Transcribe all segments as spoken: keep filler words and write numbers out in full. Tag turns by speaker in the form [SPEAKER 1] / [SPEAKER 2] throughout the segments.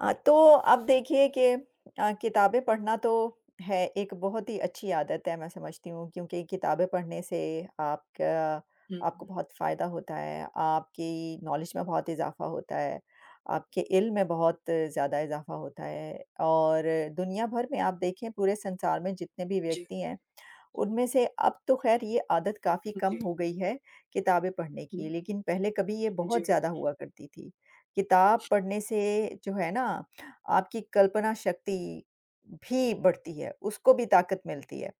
[SPEAKER 1] अ, तो अब देखिए कि अ, किताबें पढ़ना तो है एक बहुत ही अच्छी आदत है मैं समझती हूँ क्योंकि किताबें पढ़ने से आपका आपको
[SPEAKER 2] हुँ,
[SPEAKER 1] बहुत फ़ायदा होता है, आपकी नॉलेज में बहुत इज़ाफ़ा होता है, आपके इल्म में बहुत ज़्यादा इज़ाफ़ा होता है और दुनिया भर में आप देखें पूरे संसार में जितने भी
[SPEAKER 2] जी,
[SPEAKER 1] व्यक्ति हैं उनमें से अब तो ख़ैर ये आदत काफ़ी
[SPEAKER 2] जी,
[SPEAKER 1] कम हो गई है, किताबें पढ़ने
[SPEAKER 2] हुँ,
[SPEAKER 1] की, लेकिन पहले कभी ये बहुत
[SPEAKER 2] जी,
[SPEAKER 1] ज़्यादा हुआ करती थी। किताब पढ़ने से जो है ना, आपकी कल्पना शक्ति भी बढ़ती है, उसको भी ताकत मिलती है।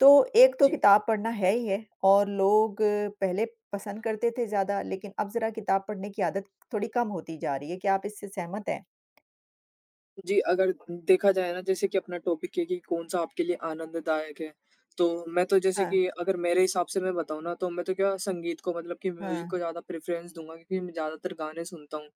[SPEAKER 1] तो एक तो
[SPEAKER 2] जी,
[SPEAKER 1] किताब पढ़ना है ही है और लोग पहले पसंद करते थे ज़्यादा, लेकिन अब ज़रा किताब पढ़ने की आदत थोड़ी कम होती जा रही है। क्या आप इससे सहमत हैं?
[SPEAKER 2] जी, अगर देखा जाए ना जैसे कि अपना टॉपिक है कि कौन-सा आपके लिए आनंददायक है, तो मैं तो जैसे
[SPEAKER 1] हाँ,
[SPEAKER 2] कि अगर मेरे हिसाब से मैं बताऊँ ना तो मैं तो क्या संगीत को मतलब कि म्यूज़िक को
[SPEAKER 1] हाँ।
[SPEAKER 2] ज़्यादा प्रेफ़रेंस दूँगा क्योंकि मैं ज़्यादातर गाने सुनता हूँ।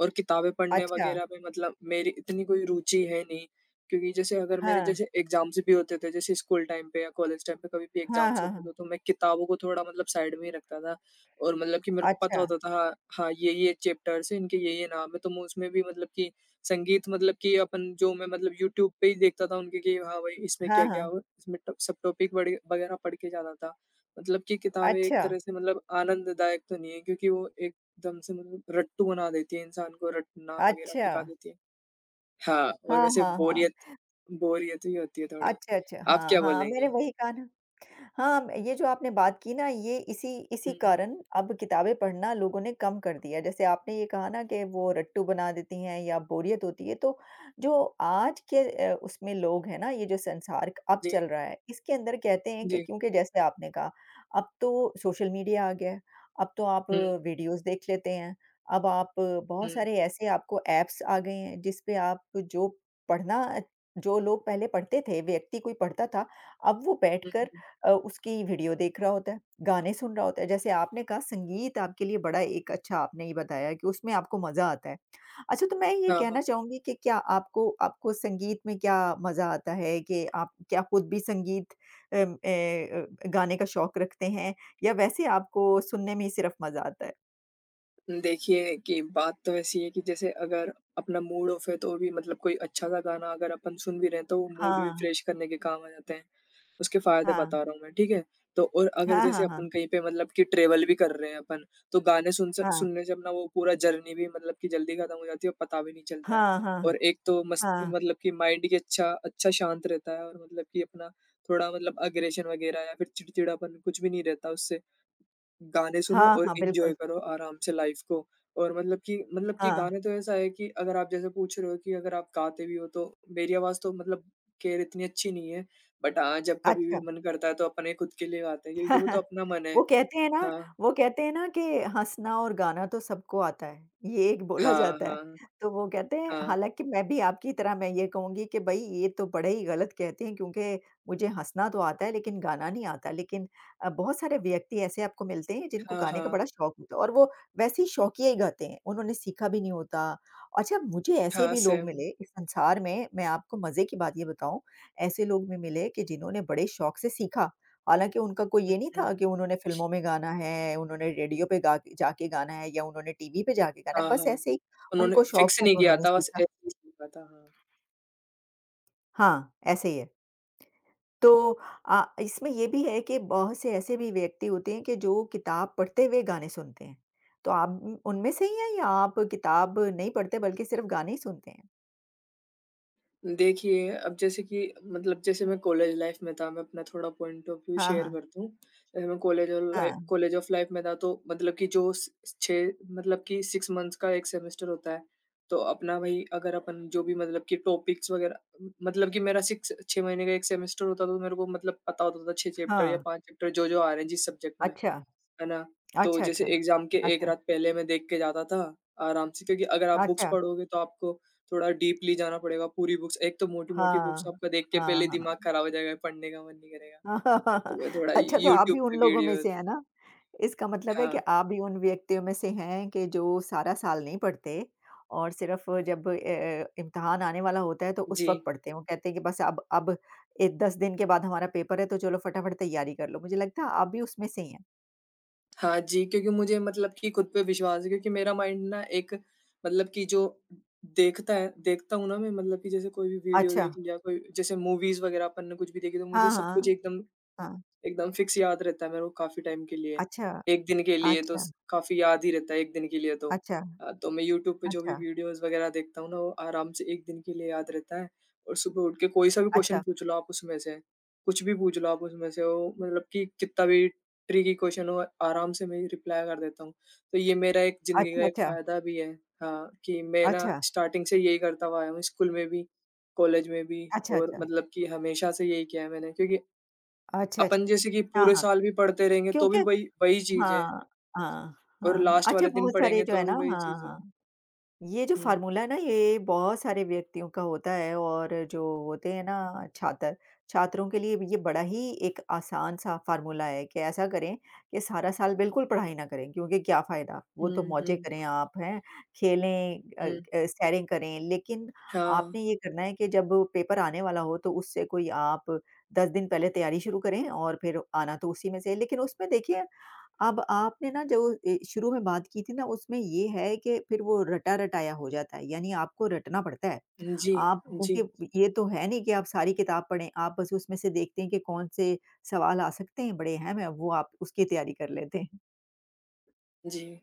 [SPEAKER 2] और किताबें पढ़ने
[SPEAKER 1] अच्छा।
[SPEAKER 2] वग़ैरह में मतलब मेरी इतनी कोई रुचि है नहीं, क्योंकि जैसे अगर मेरे
[SPEAKER 1] हाँ।
[SPEAKER 2] जैसे एग्ज़ाम्स भी होते थे जैसे स्कूल टाइम पे या कॉलेज टाइम पे कभी भी
[SPEAKER 1] हाँ,
[SPEAKER 2] एग्ज़ाम्स
[SPEAKER 1] हाँ,
[SPEAKER 2] होते
[SPEAKER 1] हाँ।
[SPEAKER 2] थे तो मैं किताबों को थोड़ा मतलब साइड में ही रखता था। और मतलब कि मेरे को पता
[SPEAKER 1] अच्छा।
[SPEAKER 2] होता था हाँ, हाँ, ये, ये चैप्टर्स हैं इनके ये, ये नाम है तो मैं उसमें भी मतलब कि संगीत मतलब कि अपन जो मैं मतलब यूट्यूब पे ही देखता था उनके कि हाँ भाई इसमें
[SPEAKER 1] हाँ,
[SPEAKER 2] क्या-क्या
[SPEAKER 1] हाँ।
[SPEAKER 2] और इसमें ट सब टॉपिक बड़े वगैरह पढ़ के जाता था। मतलब कि किताबें एक
[SPEAKER 1] अच्छा।
[SPEAKER 2] तरह से मतलब आनंददायक तो नहीं है क्योंकि वो एकदम से मतलब रट्टू बना देती है इंसान को रटना वगैरह
[SPEAKER 1] अच्छा।
[SPEAKER 2] सिखा देती है। हाँ, और
[SPEAKER 1] हाँ,
[SPEAKER 2] वैसे
[SPEAKER 1] हाँ, हाँ।
[SPEAKER 2] बोरियत बोरियत भी होती है थोड़ी।
[SPEAKER 1] अच्छा, अच्छा।
[SPEAKER 2] आप
[SPEAKER 1] हाँ,
[SPEAKER 2] क्या
[SPEAKER 1] हाँ, मैंने
[SPEAKER 2] बोलेंगे?
[SPEAKER 1] वही कहा ना। हाँ, म- ये जो आपने बात की ना ये इसी इसी
[SPEAKER 2] हुँ, हुँ।
[SPEAKER 1] कारण अब किताबें पढ़ना लोगों ने कम कर दिया है। जैसे आपने ये कहा ना कि वो रट्टू बना देती हैं या बोरियत होती है तो जो आज के अ, उसमें लोग हैं ना ये जो संसार क अब
[SPEAKER 2] जी,
[SPEAKER 1] चल रहा है, इसके अंदर कहते हैं कि
[SPEAKER 2] जी।
[SPEAKER 1] क्योंकि जैसे आपने कहा अब तो सोशल मीडिया आ गया है, अब तो आप
[SPEAKER 2] हुँ,
[SPEAKER 1] वीडियोज़ देख लेते हैं, अब आप
[SPEAKER 2] हुँ,
[SPEAKER 1] बहुत सारे ऐसे आपको ऐप्स आ गए हैं जिस पे आप जो पढ़ना जो लोग पहले पढ़ते थे, व्यक्ति कोई पढ़ता था, अब वो
[SPEAKER 2] हुँ,
[SPEAKER 1] बैठकर
[SPEAKER 2] हुँ।
[SPEAKER 1] अ, उसकी वीडियो देख रहा होता है, गाने सुन रहा होता है। जैसे आपने कहा संगीत आपके लिए बड़ा एक अच्छा आपने ये बताया कि उसमें आपको मज़ा आता है। अच्छा तो मैं ये
[SPEAKER 2] हाँ, हाँ।
[SPEAKER 1] कहना चाहूँगी कि क्या आपको आपको संगीत में क्या मज़ा आता है कि आप क्या खुद भी संगीत अम, अ अ, गाने का शौक रखते हैं या वैसे आपको सुनने में ही सिर्फ़ मज़ा आता है?
[SPEAKER 2] देखिए कि बात तो ऐसी है कि जैसे अगर अपना मूड ऑफ है तो भी मतलब कोई अच्छा सा गाना अगर अपन सुन भी रहे हैं तो वो मूड भी
[SPEAKER 1] हाँ,
[SPEAKER 2] फ्रेश करने के काम आ जाते हैं। उसके फ़ायदे
[SPEAKER 1] हाँ।
[SPEAKER 2] बता रहा हूँ मैं, ठीक है? तो और अगर
[SPEAKER 1] हाँ, हाँ,
[SPEAKER 2] जैसे
[SPEAKER 1] हाँ।
[SPEAKER 2] अपन कहीं पे मतलब कि ट्रैवल भी कर रहे हैं अपन, तो गाने सुन स
[SPEAKER 1] हाँ।
[SPEAKER 2] सुनने से अपना वो पूरा जर्नी भी मतलब कि जल्दी खत्म हो जाती है और पता भी नहीं चलता है।
[SPEAKER 1] हाँ,
[SPEAKER 2] और
[SPEAKER 1] हाँ।
[SPEAKER 2] एक तो मस्त
[SPEAKER 1] हाँ।
[SPEAKER 2] मतलब कि माइंड की अच्छा अच्छा शांत रहता है और मतलब कि अपना थोड़ा मतलब अग्रेशन वगैरह या फिर चिड़चिड़ापन कुछ भी नहीं रहता उससे। गाने सुनो
[SPEAKER 1] हाँ,
[SPEAKER 2] और
[SPEAKER 1] हाँ,
[SPEAKER 2] एन्जॉय
[SPEAKER 1] बिल्कुल।
[SPEAKER 2] करो आराम से लाइफ़ को। और मतलब कि मतलब कि
[SPEAKER 1] हाँ।
[SPEAKER 2] गाने तो ऐसा है कि अगर आप जैसे पूछ रहे हो कि अगर आप गाते भी हो तो मेरी आवाज़ तो मतलब ख़ैर इतनी अच्छी नहीं है। बट हाँ, जब कभी भी
[SPEAKER 1] अच्छा।
[SPEAKER 2] मन करता है तो अपने खुद के लिए गाते हैं क्योंकि वो तो अपना मन है।
[SPEAKER 1] वो कहते हैं ना
[SPEAKER 2] हाँ।
[SPEAKER 1] वो कहते हैं ना कि हँसना और गाना तो सबको आता है, ये एक बोला
[SPEAKER 2] हाँ,
[SPEAKER 1] जाता है।
[SPEAKER 2] हाँ,
[SPEAKER 1] तो वो कहते हैं
[SPEAKER 2] हाँ।
[SPEAKER 1] हालाँकि मैं भी आपकी तरह मैं ये कहूँगी कि भई ये तो बड़े ही गलत कहते हैं क्योंकि मुझे हँसना तो आता है लेकिन गाना नहीं आता। लेकिन अ, बहुत सारे व्यक्ति ऐसे आपको मिलते हैं जिनको
[SPEAKER 2] हाँ,
[SPEAKER 1] गाने का
[SPEAKER 2] हाँ।
[SPEAKER 1] बड़ा शौक होता है और वो वैसे ही शौकिया ही गाते हैं, उन्होंने सीखा भी नहीं होता। अच्छा मुझे ऐसे
[SPEAKER 2] हाँ,
[SPEAKER 1] भी लोग
[SPEAKER 2] सेम।
[SPEAKER 1] मिले इस संसार में, मैं आपको मज़े की बात ये बताऊँ, ऐसे लोग भी मिले कि जिन्होंने बड़े शौक से सीखा हालाँकि उनका कोई ये नहीं
[SPEAKER 2] हुँ।
[SPEAKER 1] था कि उन्होंने फ़िल्मों में गाना है, उन्होंने रेडियो पे गा के जाके गाना है या उन्होंने टीवी पे जाके गाना है,
[SPEAKER 2] हाँ,
[SPEAKER 1] बस
[SPEAKER 2] हाँ।
[SPEAKER 1] ऐसे ही
[SPEAKER 2] उन्होंने
[SPEAKER 1] उनको शौक
[SPEAKER 2] फ़िक्स
[SPEAKER 1] था
[SPEAKER 2] नहीं
[SPEAKER 1] तो
[SPEAKER 2] किया
[SPEAKER 1] उन्होंने
[SPEAKER 2] था बस
[SPEAKER 1] सीखा।
[SPEAKER 2] ऐसे ही सुना था। हाँ।
[SPEAKER 1] हाँ, ऐसे ही है। तो अ, इसमें ये भी है कि बहुत से ऐसे भी व्यक्ति होते हैं कि जो किताब पढ़ते हुए गाने सुनते हैं। तो आप उम, उनमें से ही हैं या आप किताब नहीं पढ़ते बल्कि सिर्फ़ गाने ही सुनते हैं?
[SPEAKER 2] देखिए, अब जैसे कि मतलब जैसे मैं कॉलेज लाइफ़ में था, मैं अपना थोड़ा पॉइंट ऑफ व्यू
[SPEAKER 1] हाँ,
[SPEAKER 2] शेयर
[SPEAKER 1] हाँ।
[SPEAKER 2] करता हूँ। जैसे मैं कॉलेज ऑल लाइ
[SPEAKER 1] हाँ,
[SPEAKER 2] कॉलेज ऑफ लाइफ़ में था तो मतलब कि जो स सिक्स मतलब कि सिक्स मंथ्स का एक सेमेस्टर होता है। तो अपना भाई अगर अपन जो भी मतलब कि टॉपिक्स वग़ैरह मतलब कि मेरा सिक्स सिक्स महीने का एक सेमेस्टर होता तो मेरे को मतलब पता होता था छह चैप्टर या
[SPEAKER 1] हाँ।
[SPEAKER 2] पाँच चैप्टर जो-जो आ रहे हैं जिस सब्जेक्ट में।
[SPEAKER 1] अच्छा।
[SPEAKER 2] है ना? तो
[SPEAKER 1] अच्छा,
[SPEAKER 2] जैसे
[SPEAKER 1] अच्छा।
[SPEAKER 2] एग्ज़ाम के एक
[SPEAKER 1] अच्छा,
[SPEAKER 2] रात पहले मैं देख के जाता था, आराम से क्योंकि अगर आप बुक्स
[SPEAKER 1] अच्छा।
[SPEAKER 2] पढ़ोगे तो आपको थोड़ा डीपली जाना पड़ेगा पूरी बुक्स एक तो मोटी-मोटी बुक्स
[SPEAKER 1] हाँ।
[SPEAKER 2] आपका देख के
[SPEAKER 1] हाँ,
[SPEAKER 2] पहले
[SPEAKER 1] हाँ।
[SPEAKER 2] दिमाग खराब हो जाएगा, पढ़ने का मन नहीं करेगा। तो मैं थोड़ा
[SPEAKER 1] अच्छा तो आप
[SPEAKER 2] यूट्यूब
[SPEAKER 1] भी उन
[SPEAKER 2] पे
[SPEAKER 1] लोगों में
[SPEAKER 2] वीडियोज़
[SPEAKER 1] से हैं ना? इसका मतलब है कि
[SPEAKER 2] हाँ,
[SPEAKER 1] आप भी उन व्यक्तियों में से हैं कि जो सारा साल नहीं पढ़ते और सिर्फ जब अ अ, इम्तिहान आने वाला होता है तो उस
[SPEAKER 2] जी।
[SPEAKER 1] वक़्त पढ़ते हैं। वो कहते हैं कि बस अब अब ए दस दिन के बाद हमारा पेपर है तो चलो फटाफट तैयारी कर लो। मुझे लगता है आप भी उसमें से ही हैं।
[SPEAKER 2] हाँ जी, क्योंकि मुझे मतलब कि खुद पे विश्वास है क्योंकि मेरा माइंड ना एक मतलब कि जो देखता है देखता हूँ ना मैं मतलब कि जैसे कोई भी वीडियो
[SPEAKER 1] अच्छा।
[SPEAKER 2] देख लिया, कोई जैसे मूवीज़ वगैरह अपन ने कुछ भी देखी तो मुझे
[SPEAKER 1] हाँ,
[SPEAKER 2] सब कुछ
[SPEAKER 1] हाँ।
[SPEAKER 2] एकदम
[SPEAKER 1] हाँ।
[SPEAKER 2] एकदम फिक्स याद रहता है मेरे को काफ़ी टाइम के लिए।
[SPEAKER 1] अच्छा,
[SPEAKER 2] एक दिन के लिए तो
[SPEAKER 1] अच्छा,
[SPEAKER 2] स काफ़ी याद ही रहता है एक दिन के लिए तो।
[SPEAKER 1] अच्छा,
[SPEAKER 2] अ, तो मैं यूट्यूब पे जो भी
[SPEAKER 1] अच्छा,
[SPEAKER 2] वीडियोज़ वग़ैरह देखता हूँ ना, वो आराम से एक दिन के लिए याद रहता है और सुबह उठ के कोई सा भी क्वेश्चन
[SPEAKER 1] अच्छा,
[SPEAKER 2] पूछ लो आप उसमें से, कुछ भी पूछ लो आप उसमें से, वो मतलब कि कितना भी ट्रिकी क्वेश्चन हो, आराम से मैं रिप्लाई कर देता हूँ। तो ये मेरा एक ज़िंदगी का
[SPEAKER 1] अच्छा,
[SPEAKER 2] एक
[SPEAKER 1] अच्छा,
[SPEAKER 2] फ़ायदा भी है हाँ, कि मैं ना
[SPEAKER 1] अच्छा,
[SPEAKER 2] स्टार्टिंग से यही करता हुआ आया हूँ स्कूल में भी, कॉलेज में भी
[SPEAKER 1] अच्छा,
[SPEAKER 2] और
[SPEAKER 1] अच्छा। अच्छा, अच्छा।
[SPEAKER 2] मतलब कि हमेशा से यही किया है मैंने क्योंकि
[SPEAKER 1] अच्छा
[SPEAKER 2] अपन जैसे कि
[SPEAKER 1] हाँ,
[SPEAKER 2] पूरे
[SPEAKER 1] हाँ।
[SPEAKER 2] साल भी पढ़ते रहेंगे तो भी
[SPEAKER 1] क्योंकि
[SPEAKER 2] वही वही चीज़ है
[SPEAKER 1] हाँ, हाँ,
[SPEAKER 2] और
[SPEAKER 1] हाँ, हाँ।
[SPEAKER 2] लास्ट
[SPEAKER 1] अच्छा
[SPEAKER 2] वाले दिन
[SPEAKER 1] बहुत सारे
[SPEAKER 2] पढ़ेंगे
[SPEAKER 1] जो
[SPEAKER 2] तो
[SPEAKER 1] है ना
[SPEAKER 2] भी वही
[SPEAKER 1] हाँ,
[SPEAKER 2] चीज़ है।
[SPEAKER 1] हाँ। ये जो
[SPEAKER 2] हुँ।
[SPEAKER 1] फ़ॉर्मूला है ना ये बहुत सारे व्यक्तियों का होता है और जो होते हैं ना छात्र, छात्रों के लिए भी ये बड़ा ही एक आसान-सा फ़ॉर्मूला है कि ऐसा करें कि सारा साल बिल्कुल पढ़ाई ना करें क्योंकि क्या फ़ायदा? वो
[SPEAKER 2] हुँ,
[SPEAKER 1] तो मौजें
[SPEAKER 2] हुँ,
[SPEAKER 1] करें आप हैं, खेलें अ
[SPEAKER 2] हुँ।
[SPEAKER 1] अ, सैरें करें लेकिन
[SPEAKER 2] हाँ।
[SPEAKER 1] आपने ये करना है कि जब पेपर आने वाला हो तो उससे कोई आप दस दिन पहले तैयारी शुरू करें और फिर आना तो उसी में से है। लेकिन उसमें देखिए अब आपने ना जो ए, शुरू में बात की थी ना उसमें ये है कि फिर वो रटा-रटाया हो जाता है, यानी आपको रटना पड़ता है।
[SPEAKER 2] जी,
[SPEAKER 1] आप
[SPEAKER 2] जी,
[SPEAKER 1] क्योंकि ये तो है नहीं कि आप सारी किताब पढ़ें, आप बस उसमें से देखते हैं कि कौन-से सवाल आ सकते हैं, बड़े अहम हैं, वो आप उसकी तैयारी कर लेते हैं।
[SPEAKER 2] जी।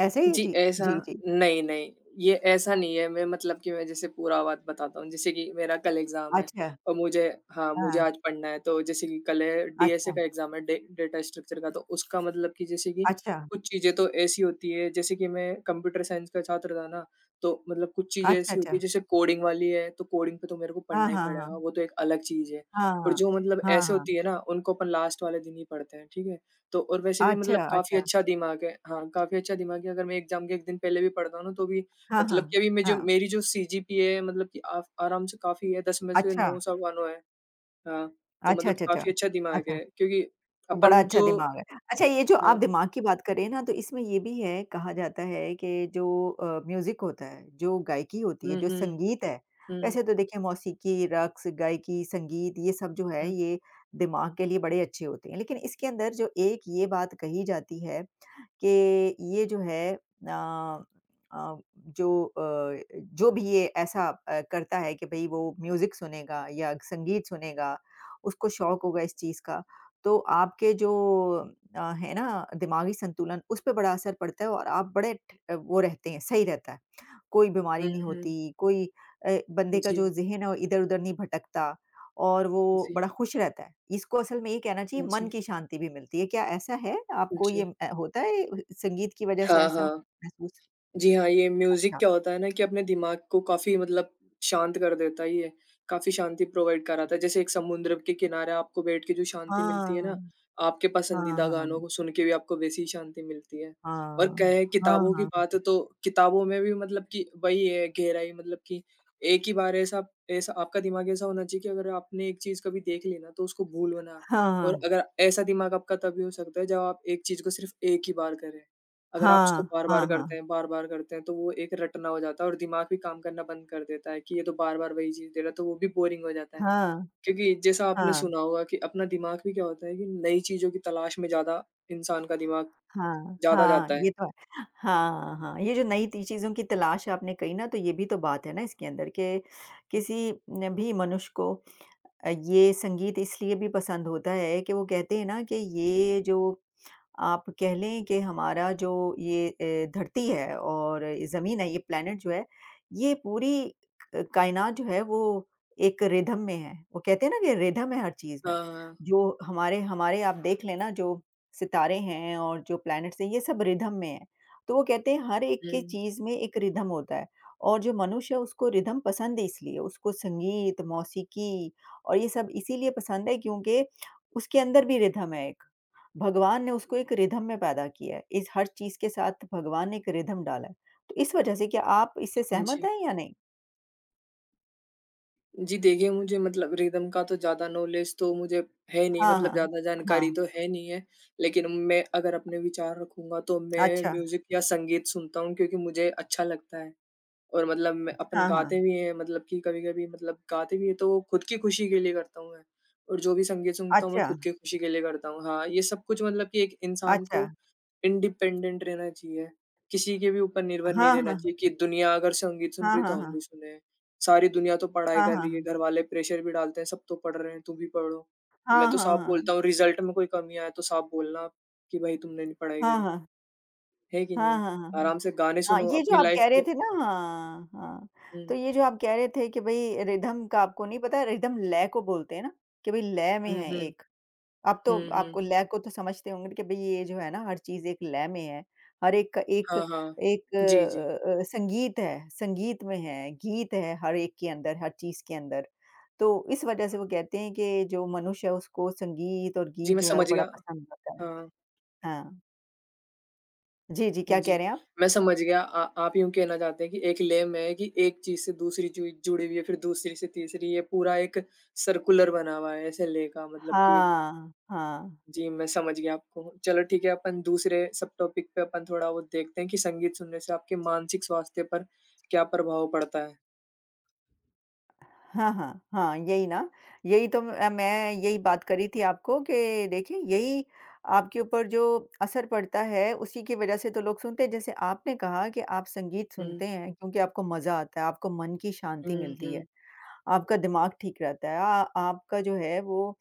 [SPEAKER 1] ऐसे ही?
[SPEAKER 2] जी,
[SPEAKER 1] जी,
[SPEAKER 2] ऐसा
[SPEAKER 1] जी, जी।
[SPEAKER 2] नहीं, नहीं, ये ऐसा नहीं है, मैं मतलब कि मैं जैसे पूरा बात बताता हूँ, जैसे कि मेरा कल एग्ज़ाम है
[SPEAKER 1] अच्छा,
[SPEAKER 2] और मुझे हाँ, मुझे
[SPEAKER 1] हाँ,
[SPEAKER 2] आज पढ़ना है, तो जैसे कि कल है डी एस ए
[SPEAKER 1] अच्छा,
[SPEAKER 2] का एग्ज़ाम है, डे डेटा स्ट्रक्चर का, तो उसका मतलब कि जैसे कि
[SPEAKER 1] अच्छा,
[SPEAKER 2] कुछ चीज़ें तो ऐसी होती है, जैसे कि मैं कंप्यूटर साइंस का छात्र था ना, तो मतलब कुछ चीज़ें
[SPEAKER 1] अच्छा,
[SPEAKER 2] ऐसी होती
[SPEAKER 1] अच्छा।
[SPEAKER 2] है, जैसे कोडिंग वाली है, तो कोडिंग पे तो मेरे को
[SPEAKER 1] हाँ,
[SPEAKER 2] पढ़ना ही
[SPEAKER 1] हाँ,
[SPEAKER 2] पड़ेगा,
[SPEAKER 1] हाँ।
[SPEAKER 2] वो तो एक अलग चीज़ है
[SPEAKER 1] हाँ,
[SPEAKER 2] और
[SPEAKER 1] हाँ।
[SPEAKER 2] जो मतलब
[SPEAKER 1] हाँ,
[SPEAKER 2] ऐसे
[SPEAKER 1] हाँ।
[SPEAKER 2] होती है ना, उनको अपन लास्ट वाले दिन ही पढ़ते हैं, ठीक है? तो और वैसे भी मतलब
[SPEAKER 1] अच्छा,
[SPEAKER 2] काफ़ी
[SPEAKER 1] अच्छा।
[SPEAKER 2] अच्छा दिमाग है। हाँ, काफ़ी अच्छा दिमाग है। अगर मैं एग्ज़ाम के एक दिन पहले भी पढ़ता हूँ ना, तो भी
[SPEAKER 1] हाँ,
[SPEAKER 2] मतलब कि
[SPEAKER 1] हाँ।
[SPEAKER 2] अभी मैं जो
[SPEAKER 1] हाँ।
[SPEAKER 2] मेरी जो सी जी पी ए है मतलब कि आफ आराम से काफ़ी है, दस में से
[SPEAKER 1] अच्छा,
[SPEAKER 2] नौ सवा नौ है। हाँ, तो
[SPEAKER 1] अच्छा,
[SPEAKER 2] मतलब
[SPEAKER 1] अच्छा, अच्छा।
[SPEAKER 2] काफ़ी अच्छा दिमाग
[SPEAKER 1] अच्छा।
[SPEAKER 2] है क्योंकि
[SPEAKER 1] तो बड़ा
[SPEAKER 2] अपन
[SPEAKER 1] अच्छा
[SPEAKER 2] जो
[SPEAKER 1] दिमाग है। अच्छा ये जो आप
[SPEAKER 2] हाँ।
[SPEAKER 1] दिमाग की बात करें ना तो इसमें ये भी है, कहा जाता है कि जो अ, म्यूज़िक होता है, जो गायकी होती है,
[SPEAKER 2] हुँ,
[SPEAKER 1] जो
[SPEAKER 2] हुँ।
[SPEAKER 1] संगीत है,
[SPEAKER 2] हुँ,
[SPEAKER 1] वैसे तो देखिए मौसीकी, रक़्स, गायकी, संगीत ये सब जो है
[SPEAKER 2] हुँ।
[SPEAKER 1] ये दिमाग के लिए बड़े अच्छे होते हैं। लेकिन इसके अंदर जो एक ये बात कही जाती है कि ये जो है अ अ, जो अ, जो भी ये ऐसा अ, करता है कि भई वो म्यूज़िक सुनेगा या संगीत सुनेगा, उसको शौक होगा इस चीज़ का, तो आपके जो अ, है ना दिमागी संतुलन उस पे बड़ा असर पड़ता है और आप बड़े ठ वो रहते हैं, सही रहता है। कोई बीमारी
[SPEAKER 2] हुँ,
[SPEAKER 1] नहीं
[SPEAKER 2] हुँ।
[SPEAKER 1] होती, कोई अ, बंदे का जो
[SPEAKER 2] जी,
[SPEAKER 1] ज़हन है वो इधर-उधर नहीं भटकता। और वो
[SPEAKER 2] जी,
[SPEAKER 1] बड़ा खुश रहता है। इसको असल में ये कहना चाहिए मन
[SPEAKER 2] जी,
[SPEAKER 1] की शांति भी मिलती है। क्या ऐसा है? आपको ये
[SPEAKER 2] जी।
[SPEAKER 1] अ, होता है संगीत की वज़ह से
[SPEAKER 2] हाँ,
[SPEAKER 1] ऐसा
[SPEAKER 2] हाँ।
[SPEAKER 1] महसूस?
[SPEAKER 2] जी हाँ, ये म्यूज़िक
[SPEAKER 1] अच्छा।
[SPEAKER 2] क्या होता है ना कि अपने दिमाग को काफ़ी मतलब शांत कर देता है ये, काफ़ी शांति प्रोवाइड कराता है। जैसे एक समुद्र के किनारे आपको बैठ के जो शांति मिलती है ना,
[SPEAKER 1] हाँ,
[SPEAKER 2] आपके
[SPEAKER 1] हाँ,
[SPEAKER 2] पसंदीदा गानों
[SPEAKER 1] हाँ।
[SPEAKER 2] को सुन के भी आपको वैसी ही शांति मिलती है। और
[SPEAKER 1] हाँ,
[SPEAKER 2] कहें
[SPEAKER 1] हाँ,
[SPEAKER 2] किताबों की
[SPEAKER 1] हाँ,
[SPEAKER 2] बात तो किताबों में भी मतलब कि वही है गहराई मतलब कि एक ही बार ऐसा ऐसा आपका दिमाग ऐसा होना चाहिए कि अगर आपने एक चीज़ कभी देख ली ना तो उसको भूलो ना
[SPEAKER 1] हाँ,
[SPEAKER 2] और अगर ऐसा दिमाग आपका तभी हो सकता है जब आप एक चीज़ को सिर्फ़ एक ही बार करें। अगर आप उसको
[SPEAKER 1] हाँ,
[SPEAKER 2] बार-बार
[SPEAKER 1] हाँ,
[SPEAKER 2] करते
[SPEAKER 1] हाँ,
[SPEAKER 2] हैं, बार-बार करते हैं, तो वो एक रटना हो जाता है और दिमाग भी काम करना बंद कर देता है कि ये तो बार-बार वही चीज़ दे रहा है, तो वो भी बोरिंग हो जाता है।
[SPEAKER 1] हाँ,
[SPEAKER 2] क्योंकि जैसा आपने
[SPEAKER 1] हाँ,
[SPEAKER 2] सुना होगा कि अपना दिमाग भी क्या होता है कि नई चीज़ों की तलाश में ज़्यादा इंसान का दिमाग
[SPEAKER 1] हाँ,
[SPEAKER 2] ज़्यादा
[SPEAKER 1] हाँ,
[SPEAKER 2] जाता है।
[SPEAKER 1] ये तो है। हाँ, हाँ, ये जो नई ती चीज़ों की तलाश आपने कही ना तो ये भी तो बात है ना इसके अंदर के किसी न भी मनुष्य को अ, ये संगीत इसलिए भी पसंद होता है कि वो कहते हैं ना कि ये जो आप कह लें कि हमारा जो ये अ, धरती है और ये ज़मीन है, ये प्लैनेट जो है, ये पूरी क कायनात जो है वो एक रिदम में है। वो कहते हैं ना कि रिदम है हर चीज़ में।
[SPEAKER 2] हाँ, हाँ।
[SPEAKER 1] जो हमारे हमारे आप देख लेना जो सितारे हैं और जो प्लैनेट्स हैं, ये सब रिदम में हैं। तो वो कहते हैं हर एक की चीज़ में एक रिदम होता है और जो मनुष्य है उसको रिदम पसंद है इसलिए, उसको संगीत, मौसीकी और ये सब इसीलिए पसंद है क्योंकि उसके अंदर भी रिदम है एक। भगवान ने उसको एक रिदम में पैदा किया है। इस हर चीज़ के साथ भगवान ने एक रिदम डाला है। तो इस वजह से क्या आप इससे
[SPEAKER 2] हुँ,
[SPEAKER 1] सहमत
[SPEAKER 2] जी।
[SPEAKER 1] हैं या नहीं?
[SPEAKER 2] जी, देखिए मुझे मतलब रिदम का तो ज़्यादा नॉलेज तो मुझे है नहीं
[SPEAKER 1] हाँ,
[SPEAKER 2] मतलब
[SPEAKER 1] हाँ।
[SPEAKER 2] ज़्यादा जानकारी
[SPEAKER 1] हाँ,
[SPEAKER 2] तो है नहीं है। लेकिन मैं अगर अपने विचार रखूँगा तो मैं
[SPEAKER 1] अच्छा।
[SPEAKER 2] म्यूज़िक या संगीत सुनता हूँ क्योंकि मुझे अच्छा लगता है। और मतलब मैं अपन
[SPEAKER 1] हाँ,
[SPEAKER 2] गाते
[SPEAKER 1] हाँ।
[SPEAKER 2] भी हैं मतलब कि कभी-कभी मतलब गाते भी हैं तो वो खुद की खुशी के लिए करता हूँ मैं। और जो भी संगीत सुनता हूँ मैं
[SPEAKER 1] अच्छा,
[SPEAKER 2] खुद की खुशी के लिए करता हूँ। हाँ, ये सब कुछ मतलब कि एक इंसान
[SPEAKER 1] अच्छा।
[SPEAKER 2] को इंडिपेंडेंट रहना चाहिए। किसी के भी ऊपर निर्भर नहीं
[SPEAKER 1] हाँ,
[SPEAKER 2] रहना
[SPEAKER 1] हाँ।
[SPEAKER 2] चाहिए कि दुनिया अगर संगीत सुन
[SPEAKER 1] हाँ,
[SPEAKER 2] रही है तो
[SPEAKER 1] हाँ,
[SPEAKER 2] हम भी
[SPEAKER 1] हाँ।
[SPEAKER 2] सुने। सारी दुनिया तो पढ़ाई
[SPEAKER 1] हाँ,
[SPEAKER 2] कर
[SPEAKER 1] हाँ,
[SPEAKER 2] रही है,
[SPEAKER 1] हाँ।
[SPEAKER 2] घर वाले प्रेशर भी डालते हैं सब तो पढ़ रहे हैं तुम भी पढ़ो। मैं
[SPEAKER 1] हाँ,
[SPEAKER 2] तो
[SPEAKER 1] हाँ,
[SPEAKER 2] साफ बोलता
[SPEAKER 1] हाँ।
[SPEAKER 2] हूँ रिजल्ट में कोई कमी आए तो साफ बोलना आप कि भाई तुमने नहीं पढ़ाई
[SPEAKER 1] हाँ,
[SPEAKER 2] करी,
[SPEAKER 1] हाँ।
[SPEAKER 2] है कि नहीं
[SPEAKER 1] हाँ,
[SPEAKER 2] है?
[SPEAKER 1] हाँ, हाँ, हाँ।
[SPEAKER 2] आराम से गाने
[SPEAKER 1] हाँ,
[SPEAKER 2] सुनो
[SPEAKER 1] ये जो
[SPEAKER 2] अपनी
[SPEAKER 1] आप
[SPEAKER 2] लाइफ
[SPEAKER 1] कह रहे
[SPEAKER 2] को।
[SPEAKER 1] थे ना हाँ, हाँ।
[SPEAKER 2] हुँ।
[SPEAKER 1] तो ये जो आप कह रहे थे कि भई रिदम का आपको नहीं पता, रिदम लय को बोलते हैं ना, कि भई लय में
[SPEAKER 2] हुँ,
[SPEAKER 1] है
[SPEAKER 2] हुँ।
[SPEAKER 1] एक। अब तो
[SPEAKER 2] हुँ, हुँ।
[SPEAKER 1] आपको लय को तो समझते होंगे कि भई ये जो है ना हर चीज़ एक लय में है। हर एक का एक
[SPEAKER 2] हाँ, हाँ।
[SPEAKER 1] एक
[SPEAKER 2] जी, जी।
[SPEAKER 1] अ अ, संगीत है, संगीत में है, गीत है हर एक के अंदर, हर चीज़ के अंदर। तो इस वज़ह से वो कहते हैं कि जो मनुष्य है उसको संगीत और
[SPEAKER 2] जी,
[SPEAKER 1] गीत
[SPEAKER 2] मैं
[SPEAKER 1] जो है वो
[SPEAKER 2] समझ गया।
[SPEAKER 1] बड़ा पसंद आता है।
[SPEAKER 2] हाँ,
[SPEAKER 1] हाँ। जी, जी क्या
[SPEAKER 2] जी।
[SPEAKER 1] कह रहे हैं आप?
[SPEAKER 2] मैं समझ गया। आ आप यूँ कहना चाहते हैं कि एक लेम में है कि एक चीज़ से दूसरी चीज़ जुड़ी हुई है, फिर दूसरी से तीसरी, ये पूरा एक सर्कुलर बना हुआ है ऐसे ले का मतलब कि एक
[SPEAKER 1] हाँ, हाँ।
[SPEAKER 2] जी, मैं समझ गया आपको। चलो ठीक है, अपन दूसरे सब टॉपिक पे अपन थोड़ा वो देखते हैं कि संगीत सुनने से आपके मानसिक स्वास्थ्य पर क्या प्रभाव पड़ता है?
[SPEAKER 1] हाँ, हाँ, हाँ, यही ना, यही तो अ, मैं यही बात कर रही थी आपको कि देखिए यही आपके ऊपर जो असर पड़ता है, उसी की वज़ह से तो लोग सुनते हैं। जैसे आपने कहा कि आप संगीत
[SPEAKER 2] हुँ,
[SPEAKER 1] सुनते हैं क्योंकि आपको मज़ा आता है, आपको मन की शांति
[SPEAKER 2] हुँ,
[SPEAKER 1] मिलती है,
[SPEAKER 2] हुँ।
[SPEAKER 1] आपका दिमाग ठीक रहता है, आ आपका जो है वो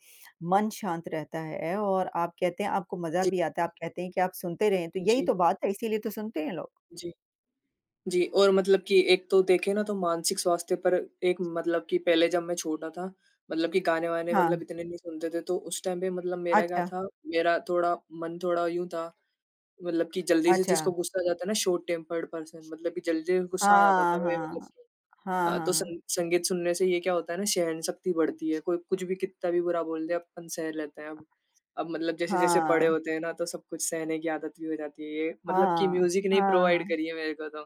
[SPEAKER 1] मन शांत रहता है और आप कहते हैं आपको मज़ा
[SPEAKER 2] जी,
[SPEAKER 1] भी आता है, आप कहते हैं कि आप सुनते रहें, तो यही
[SPEAKER 2] जी,
[SPEAKER 1] तो बात है, इसीलिए तो सुनते हैं लोग।
[SPEAKER 2] जी। जी, और मतलब कि एक तो देखें ना तो मानसिक स्वास्थ्य पर एक मतलब कि पहले जब मैं छोटा था, मतलब कि गाने-वाने
[SPEAKER 1] हाँ,
[SPEAKER 2] मतलब इतने नहीं सुनते थे, तो उस टाइम पे मतलब मेरा क्या
[SPEAKER 1] अच्छा,
[SPEAKER 2] था, मेरा थोड़ा मन थोड़ा यूँ था, मतलब कि जल्दी से
[SPEAKER 1] अच्छा।
[SPEAKER 2] जिसको गुस्सा आ जाता है ना शॉर्ट टेम्पर्ड पर्सन मतलब कि जल्दी गुस्सा आ जाता
[SPEAKER 1] हाँ,
[SPEAKER 2] था मैं
[SPEAKER 1] हाँ।
[SPEAKER 2] मतलब कि
[SPEAKER 1] हाँ, हाँ,
[SPEAKER 2] अ, तो
[SPEAKER 1] हाँ।
[SPEAKER 2] सं संगीत सुनने से ये क्या होता है ना सहनशक्ति बढ़ती है। कोई कुछ भी कितना भी बुरा बोल दे अपन सह लेते हैं अब। अब मतलब जैसे-जैसे बड़े
[SPEAKER 1] हाँ।
[SPEAKER 2] होते हैं ना तो सब कुछ सहने की आदत भी हो जाती है। ये मतलब कि
[SPEAKER 1] हाँ,
[SPEAKER 2] म्यूज़िक ने ही
[SPEAKER 1] हाँ,
[SPEAKER 2] प्रोवाइड
[SPEAKER 1] हाँ,
[SPEAKER 2] करी है मेरे को तो।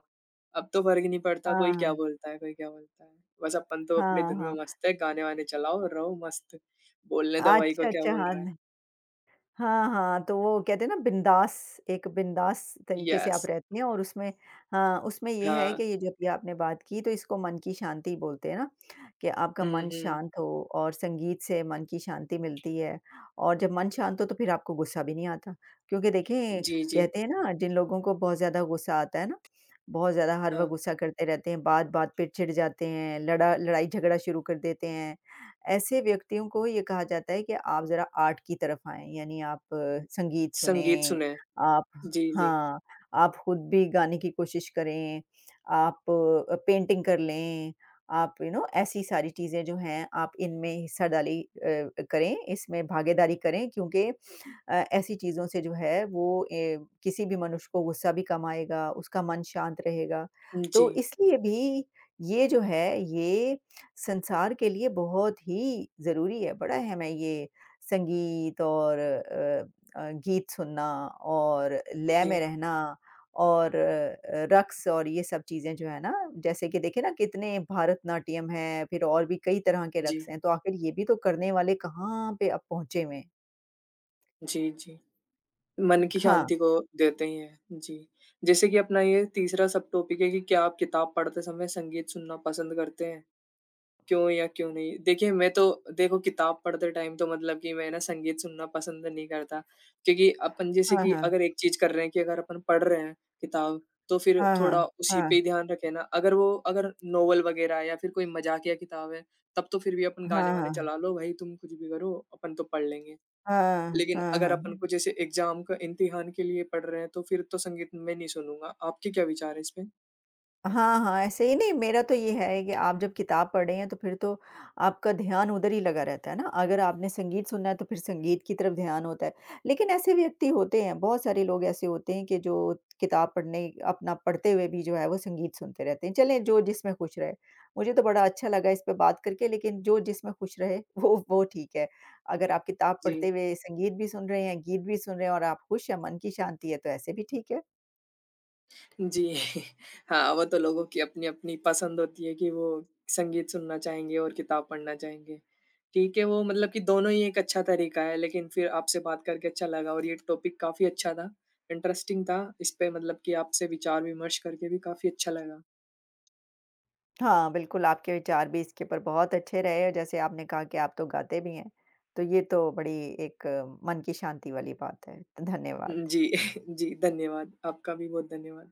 [SPEAKER 2] अब तो फ़र्क ही नहीं पड़ता
[SPEAKER 1] हाँ,
[SPEAKER 2] कोई क्या
[SPEAKER 1] हाँ,
[SPEAKER 2] बोलता है कोई क्या बोलता है। बस अपन तो अपने
[SPEAKER 1] हाँ,
[SPEAKER 2] धुन में
[SPEAKER 1] हाँ।
[SPEAKER 2] मस्त है, गाने-वाने चलाओ, रहो मस्त। बोलने दो भाई को
[SPEAKER 1] अच्छा,
[SPEAKER 2] क्या
[SPEAKER 1] अच्छा,
[SPEAKER 2] बोल
[SPEAKER 1] हाँ,
[SPEAKER 2] रहा है।
[SPEAKER 1] न हाँ, हाँ, तो वो कहते हैं ना बिंदास एक बिंदास तरीके से
[SPEAKER 2] यस
[SPEAKER 1] आप रहती हैं और उसमें हाँ, उसमें ये है
[SPEAKER 2] हाँ।
[SPEAKER 1] कि ये जो अभी आपने बात की तो इसको मन की शांति बोलते हैं ना, कि आपका
[SPEAKER 2] हुँ,
[SPEAKER 1] मन
[SPEAKER 2] हुँ।
[SPEAKER 1] शांत हो और संगीत से मन की शांति मिलती है और जब मन शांत हो तो फिर आपको गुस्सा भी नहीं आता। क्योंकि देखें
[SPEAKER 2] जी, जी।
[SPEAKER 1] कहते हैं ना जिन लोगों को बहुत ज़्यादा गुस्सा आता है ना, बहुत ज़्यादा हर
[SPEAKER 2] हाँ,
[SPEAKER 1] वक़्त गुस्सा करते रहते हैं, बात-बात पे चिढ़ जाते हैं, लड़ा लड़ाई-झगड़ा शुरू कर देते हैं। ऐसे व्यक्तियों को ये कहा जाता है कि आप ज़रा आर्ट की तरफ आएँ, यानी आप अ, संगीत
[SPEAKER 2] संगीत
[SPEAKER 1] सुनें,
[SPEAKER 2] सुने।
[SPEAKER 1] आप
[SPEAKER 2] जी, जी।
[SPEAKER 1] हाँ, आप खुद भी गाने की कोशिश करें, आप अ, पेंटिंग कर लें, आप यू नो ऐसी सारी चीज़ें जो हैं, आप इनमें हिस्सा डाली अ, करें, इसमें भागीदारी करें क्योंकि अ, ऐसी चीज़ों से जो है वो ए, किसी भी मनुष्य को गुस्सा भी कम आएगा, उसका मन शांत रहेगा।
[SPEAKER 2] जी,
[SPEAKER 1] तो इसलिए भी ये जो है, ये संसार के लिए बहुत ही ज़रूरी है, बड़ा अहम है ये संगीत और अ अ, गीत सुनना और लय में
[SPEAKER 2] जी,
[SPEAKER 1] रहना और अ, रक़्स और ये सब चीज़ें जो है ना, जैसे कि देखिए ना कितने भरतनाट्यम हैं, फिर और भी कई तरह के
[SPEAKER 2] जी,
[SPEAKER 1] रक़्स हैं, तो आखिर ये भी तो करने वाले कहाँ पे अब पहुँचे हुए हैं।
[SPEAKER 2] जी, जी। मन की
[SPEAKER 1] हाँ,
[SPEAKER 2] शांति को देते ही हैं। जी, जैसे कि अपना ये तीसरा सब टॉपिक है कि क्या आप किताब पढ़ते समय संगीत सुनना पसंद करते हैं? क्यों या क्यों नहीं? देखिए मैं तो देखो किताब पढ़ते टाइम तो मतलब कि मैं ना संगीत सुनना पसंद नहीं करता क्योंकि अपन जैसे
[SPEAKER 1] हाँ,
[SPEAKER 2] कि
[SPEAKER 1] हाँ।
[SPEAKER 2] अगर एक चीज़ कर रहे हैं कि अगर अपन पढ़ रहे हैं किताब, तो फिर
[SPEAKER 1] हाँ,
[SPEAKER 2] थोड़ा
[SPEAKER 1] हाँ।
[SPEAKER 2] उसी पे ही ध्यान रखें ना। अगर वो अगर नॉवल वगैरह है या फिर कोई मज़ाकिया किताब है, तब तो फिर भी अपन
[SPEAKER 1] हाँ, हाँ।
[SPEAKER 2] गाने-वाने
[SPEAKER 1] हाँ, हाँ।
[SPEAKER 2] चला लो, भई तुम कुछ भी करो, अपन तो पढ़ लेंगे।
[SPEAKER 1] हाँ,
[SPEAKER 2] लेकिन
[SPEAKER 1] हाँ,
[SPEAKER 2] अगर अपन
[SPEAKER 1] हाँ।
[SPEAKER 2] को जैसे एग्ज़ाम का इम्तिहान के लिए पढ़ रहे हैं, तो फिर तो संगीत मैं नहीं सुनूँगा। आपके क्या विचार हैं इस पे?
[SPEAKER 1] हाँ, हाँ, ऐसे ही नहीं मेरा तो ये है कि आप जब किताब पढ़ रहे हैं तो फिर तो आपका ध्यान उधर ही लगा रहता है ना, अगर आपने संगीत सुनना है तो फिर संगीत की तरफ ध्यान होता है। लेकिन ऐसे व्यक्ति होते हैं, बहुत सारे लोग ऐसे होते हैं कि जो किताब पढ़ने अपना पढ़ते हुए भी जो है वो संगीत सुनते रहते हैं। चलें जो जिसमें खुश रहे। मुझे तो बड़ा अच्छा लगा इस पे बात करके लेकिन जो जिसमें खुश रहे वो वो ठीक है। अगर आप किताब
[SPEAKER 2] जी।
[SPEAKER 1] पढ़ते हुए संगीत भी सुन रहे हैं, गीत भी सुन रहे हैं और आप खुश हैं, मन की शांति है तो ऐसे भी ठीक है।
[SPEAKER 2] जी। हाँ, वो तो लोगों की अपनी-अपनी पसंद होती है कि वो संगीत सुनना चाहेंगे और किताब पढ़ना चाहेंगे। ठीक है, वो मतलब कि दोनों ही एक अच्छा तरीका है, लेकिन फिर आपसे बात करके अच्छा लगा और ये टॉपिक काफ़ी अच्छा था, इंटरेस्टिंग था। इस पे मतलब कि आपसे विचार-विमर्श करके भी काफ़ी अच्छा लगा।
[SPEAKER 1] हाँ, बिल्कुल आपके विचार भी इसके ऊपर बहुत अच्छे रहे और जैसे आपने कहा कि आप तो गाते भी हैं, तो ये तो बड़ी एक अ, मन की शांति वाली बात है।
[SPEAKER 2] उम,
[SPEAKER 1] धन्यवाद।
[SPEAKER 2] जी। जी, धन्यवाद। आपका भी बहुत धन्यवाद।